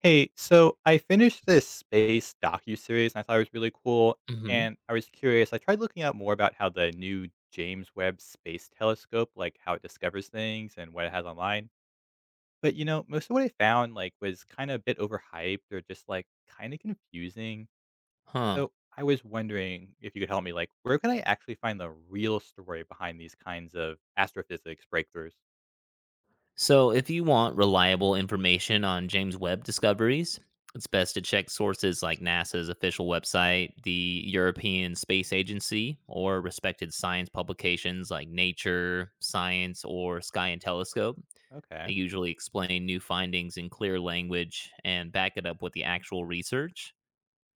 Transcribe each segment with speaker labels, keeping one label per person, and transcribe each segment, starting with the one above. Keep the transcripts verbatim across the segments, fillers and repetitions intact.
Speaker 1: Hey, so I finished this space docuseries and I thought it was really cool.
Speaker 2: hmm
Speaker 1: And I was curious. I tried looking up more about how the new James Webb Space Telescope, like how it discovers things and what it has online. But you know, most of what I found like was kind of a bit overhyped or just like kind of confusing.
Speaker 2: Huh.
Speaker 1: So I was wondering if you could help me, like, where can I actually find the real story behind these kinds of astrophysics breakthroughs?
Speaker 2: So, if you want reliable information on James Webb discoveries, it's best to check sources like NASA's official website, the European Space Agency, or respected science publications like Nature, Science, or Sky and Telescope.
Speaker 1: Okay.
Speaker 2: They usually explain new findings in clear language and back it up with the actual research.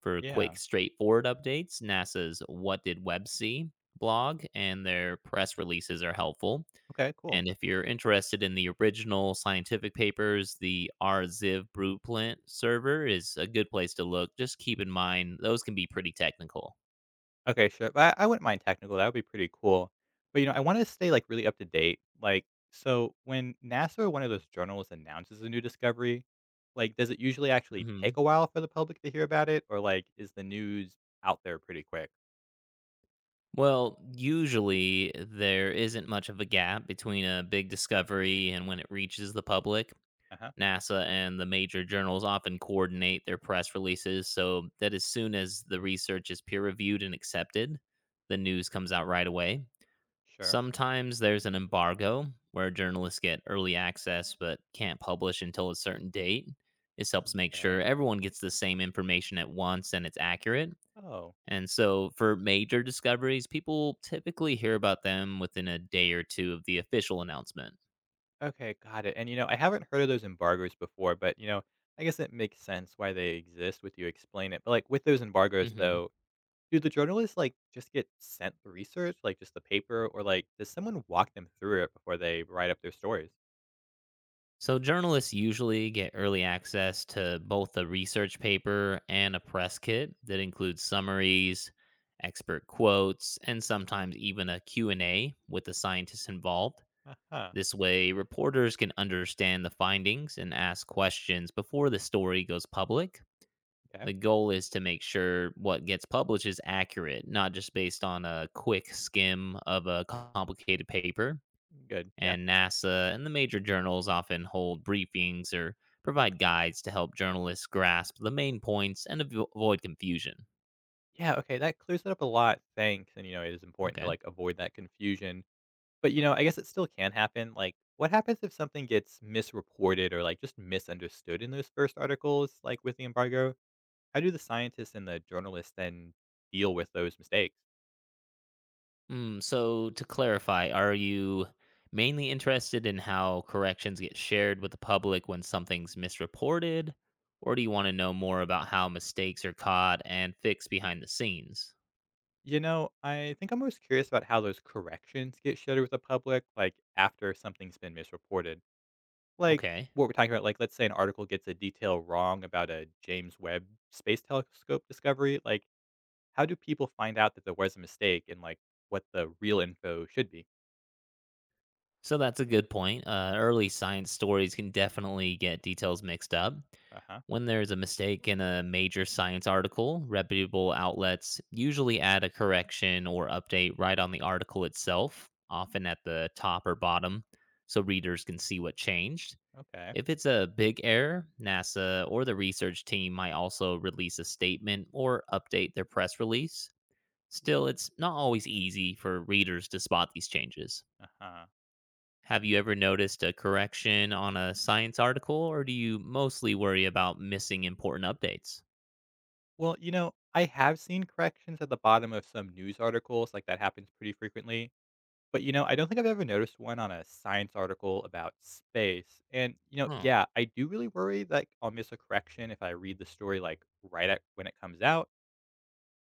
Speaker 2: For
Speaker 1: Yeah.
Speaker 2: quick, straightforward updates, NASA's What Did Webb See blog and their press releases are helpful.
Speaker 1: Okay, cool.
Speaker 2: And if you're interested in the original scientific papers, the R Z I V Blueprint server is a good place to look. Just keep in mind, those can be pretty technical.
Speaker 1: Okay, sure. But I I wouldn't mind technical, that would be pretty cool. But, you know, I wanna stay, like, really up to date. Like, so when NASA or one of those journals announces a new discovery, like, does it usually actually
Speaker 2: hmm
Speaker 1: take a while for the public to hear about it? Or, like, is the news out there pretty quick?
Speaker 2: Well, usually there isn't much of a gap between a big discovery and when it reaches the public.
Speaker 1: Uh-huh.
Speaker 2: NASA and the major journals often coordinate their press releases so that as soon as the research is peer reviewed and accepted, the news comes out right away.
Speaker 1: Sure.
Speaker 2: Sometimes there's an embargo where journalists get early access but can't publish until a certain date. This helps make
Speaker 1: Okay.
Speaker 2: sure everyone gets the same information at once and it's accurate.
Speaker 1: Oh,
Speaker 2: And so for major discoveries, people typically hear about them within a day or two of the official announcement.
Speaker 1: okay, got it. And, you know, I haven't heard of those embargoes before, but, you know, I guess it makes sense why they exist with you explain it. But, like, with those embargoes,
Speaker 2: Mhm.
Speaker 1: though, do the journalists, like, just get sent the research, like, just the paper, or, like, does someone walk them through it before they write up their stories?
Speaker 2: So, journalists usually get early access to both a research paper and a press kit that includes summaries, expert quotes, and sometimes even a Q and a with the scientists involved.
Speaker 1: Uh-huh,
Speaker 2: This way, reporters can understand the findings and ask questions before the story goes public.
Speaker 1: okay,
Speaker 2: The goal is to make sure what gets published is accurate, not just based on a quick skim of a complicated paper,
Speaker 1: good, yeah.
Speaker 2: and NASA and the major journals often hold briefings or provide guides to help journalists grasp the main points and avo- avoid confusion.
Speaker 1: Yeah, okay, that clears it up a lot, thanks, and, you know, it is important to,
Speaker 2: Okay.
Speaker 1: like, avoid that confusion, but, you know, I guess it still can happen, like, what happens if something gets misreported or, like, just misunderstood in those first articles, like, with the embargo? How do the scientists and the journalists then deal with those mistakes?
Speaker 2: Mm, so, to clarify, are you mainly interested in how corrections get shared with the public when something's misreported? Or do you want to know more about how mistakes are caught and fixed behind the scenes?
Speaker 1: You know, I think I'm most curious about how those corrections get shared with the public, like after something's been misreported. Like
Speaker 2: Okay.
Speaker 1: what we're talking about, like let's say an article gets a detail wrong about a James Webb Space Telescope discovery. Like, how do people find out that there was a mistake and like what the real info should be?
Speaker 2: So that's a good point. Uh, early science stories can definitely get details mixed up.
Speaker 1: Uh huh.
Speaker 2: When there's a mistake in a major science article, reputable outlets usually add a correction or update right on the article itself, often at the top or bottom, so readers can see what changed.
Speaker 1: Okay.
Speaker 2: If it's a big error, NASA or the research team might also release a statement or update their press release. Still, it's not always easy for readers to spot these changes.
Speaker 1: Uh huh.
Speaker 2: Have you ever noticed a correction on a science article, or do you mostly worry about missing important updates?
Speaker 1: Well, you know, I have seen corrections at the bottom of some news articles, like that happens pretty frequently. But, you know, I don't think I've ever noticed one on a science article about space. And, you know,
Speaker 2: Hmm.
Speaker 1: yeah, I do really worry that I'll miss a correction if I read the story like right at when it comes out.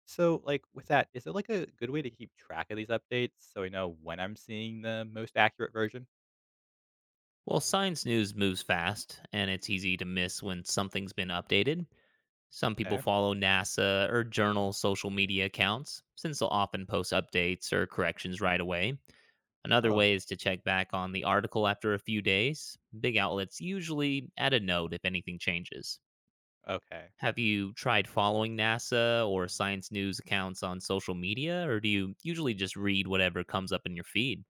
Speaker 1: So, like with that, is there like a good way to keep track of these updates so I know when I'm seeing the most accurate version?
Speaker 2: Well, science news moves fast, and it's easy to miss when something's been updated. Some people
Speaker 1: Okay.
Speaker 2: follow NASA or journal social media accounts, since they'll often post updates or corrections right away. Another
Speaker 1: Oh,
Speaker 2: way is to check back on the article after a few days. Big outlets usually add a note if anything changes.
Speaker 1: okay.
Speaker 2: Have you tried following NASA or science news accounts on social media, or do you usually just read whatever comes up in your feed?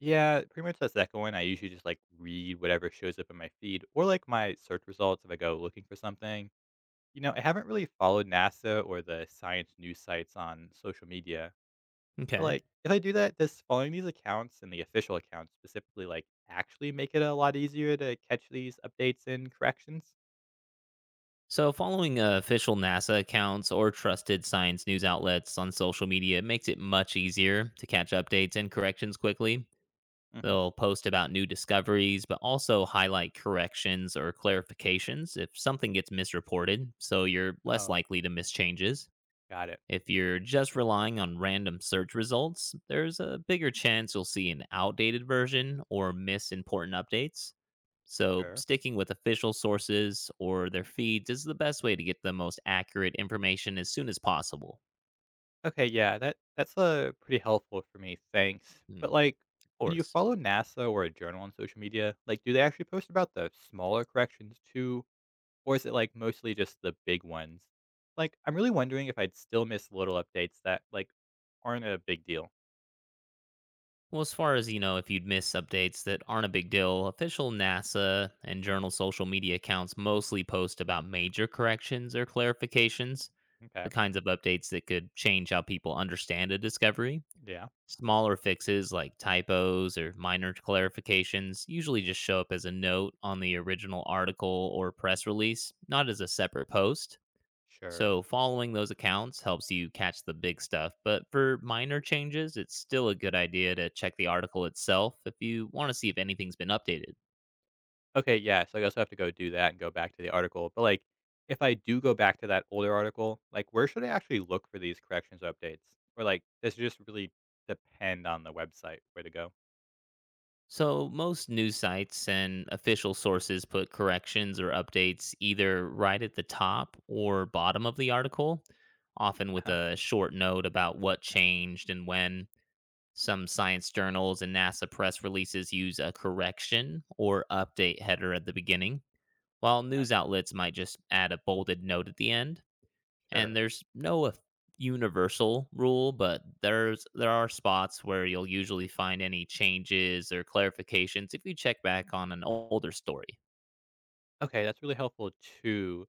Speaker 1: Yeah, pretty much that second one. I usually just like read whatever shows up in my feed or like my search results if I go looking for something. You know, I haven't really followed NASA or the science news sites on social media. But,
Speaker 2: Okay.
Speaker 1: like, if I do that, does following these accounts and the official accounts specifically, like, actually make it a lot easier to catch these updates and corrections?
Speaker 2: So, following uh, official NASA accounts or trusted science news outlets on social media makes it much easier to catch updates and corrections quickly.
Speaker 1: Mhm.
Speaker 2: They'll post about new discoveries, but also highlight corrections or clarifications if something gets misreported, so you're less
Speaker 1: Oh,
Speaker 2: likely to miss changes.
Speaker 1: got it.
Speaker 2: If you're just relying on random search results, there's a bigger chance you'll see an outdated version or miss important updates. So,
Speaker 1: Sure.
Speaker 2: sticking with official sources or their feeds is the best way to get the most accurate information as soon as possible.
Speaker 1: Okay, yeah, that that's, uh, pretty helpful for me, thanks.
Speaker 2: Hmm.
Speaker 1: But, like,
Speaker 2: Of
Speaker 1: when you
Speaker 2: course.
Speaker 1: follow NASA or a journal on social media, like, do they actually post about the smaller corrections too, or is it, like, mostly just the big ones? Like, I'm really wondering if I'd still miss little updates that, like, aren't a big deal.
Speaker 2: Well, as far as you know, if you'd miss updates that aren't a big deal, official NASA and journal social media accounts mostly post about major corrections or clarifications,
Speaker 1: Okay.
Speaker 2: the kinds of updates that could change how people understand a discovery.
Speaker 1: Yeah.
Speaker 2: Smaller fixes like typos or minor clarifications usually just show up as a note on the original article or press release, not as a separate post.
Speaker 1: Sure.
Speaker 2: So, following those accounts helps you catch the big stuff, but for minor changes, it's still a good idea to check the article itself if you want to see if anything's been updated.
Speaker 1: Okay, yeah, so I also have to go do that and go back to the article, but, like, if I do go back to that older article, like, where should I actually look for these corrections updates? Or, like, does it just really depend on the website where to go?
Speaker 2: So, most news sites and official sources put corrections or updates either right at the top or bottom of the article, often with
Speaker 1: Uh-huh.
Speaker 2: a short note about what changed and when. Some science journals and NASA press releases use a correction or update header at the beginning, while news outlets might just add a bolded note at the end, and
Speaker 1: Sure.
Speaker 2: there's no a- universal rule, but there's there are spots where you'll usually find any changes or clarifications if you check back on an older story.
Speaker 1: Okay, that's really helpful too.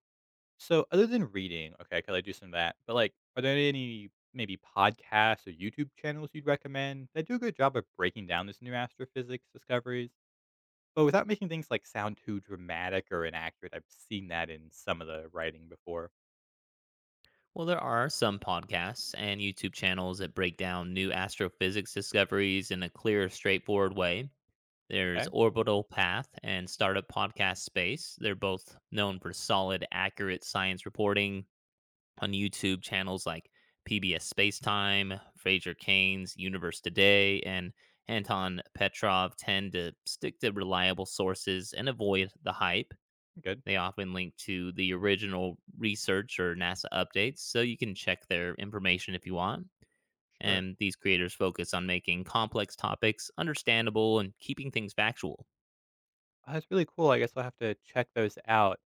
Speaker 1: So other than reading, okay, 'cause I do some of that, but, like, are there any maybe podcasts or YouTube channels you'd recommend that do a good job of breaking down this new astrophysics discoveries, but without making things, like, sound too dramatic or inaccurate? I've seen that in some of the writing before.
Speaker 2: Well, there are some podcasts and YouTube channels that break down new astrophysics discoveries in a clear, straightforward way. There's
Speaker 1: Okay,
Speaker 2: Orbital Path and Startup Podcast Space. They're both known for solid, accurate science reporting on YouTube channels like P B S Spacetime, Fraser Cain's Universe Today, and Anton Petrov tend to stick to reliable sources and avoid the hype.
Speaker 1: good.
Speaker 2: They often link to the original research or NASA updates, so you can check their information if you want.
Speaker 1: Sure.
Speaker 2: And these creators focus on making complex topics understandable and keeping things factual.
Speaker 1: Uh, That's really cool. I guess I'll have to check those out.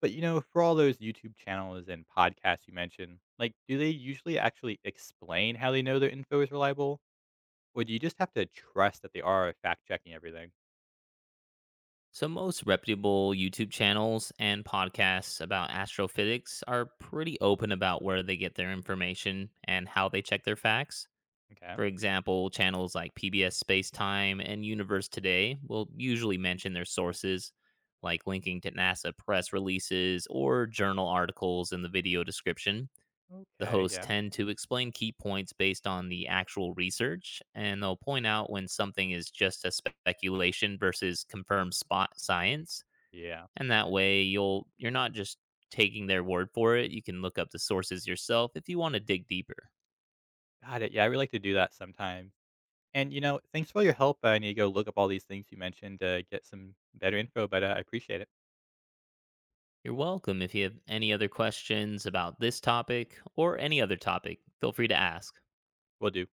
Speaker 1: But you know, for all those YouTube channels and podcasts you mentioned, like, do they usually actually explain how they know their info is reliable, or do you just have to trust that they are fact checking everything?
Speaker 2: So, most reputable YouTube channels and podcasts about astrophysics are pretty open about where they get their information and how they check their facts.
Speaker 1: Okay.
Speaker 2: For example, channels like P B S Space Time and Universe Today will usually mention their sources, like linking to NASA press releases or journal articles in the video description. The
Speaker 1: Okay.
Speaker 2: hosts
Speaker 1: Yeah.
Speaker 2: tend to explain key points based on the actual research, and they'll point out when something is just a speculation versus confirmed spot science.
Speaker 1: Yeah.
Speaker 2: And that way you'll you're not just taking their word for it. You can look up the sources yourself if you want to dig deeper.
Speaker 1: Got it. Yeah, I really like to do that sometimes. And you know, thanks for all your help. I need to go look up all these things you mentioned to get some better info, but uh, I appreciate it.
Speaker 2: You're welcome if you have any other questions about this topic or any other topic. Feel free to ask.
Speaker 1: We'll do.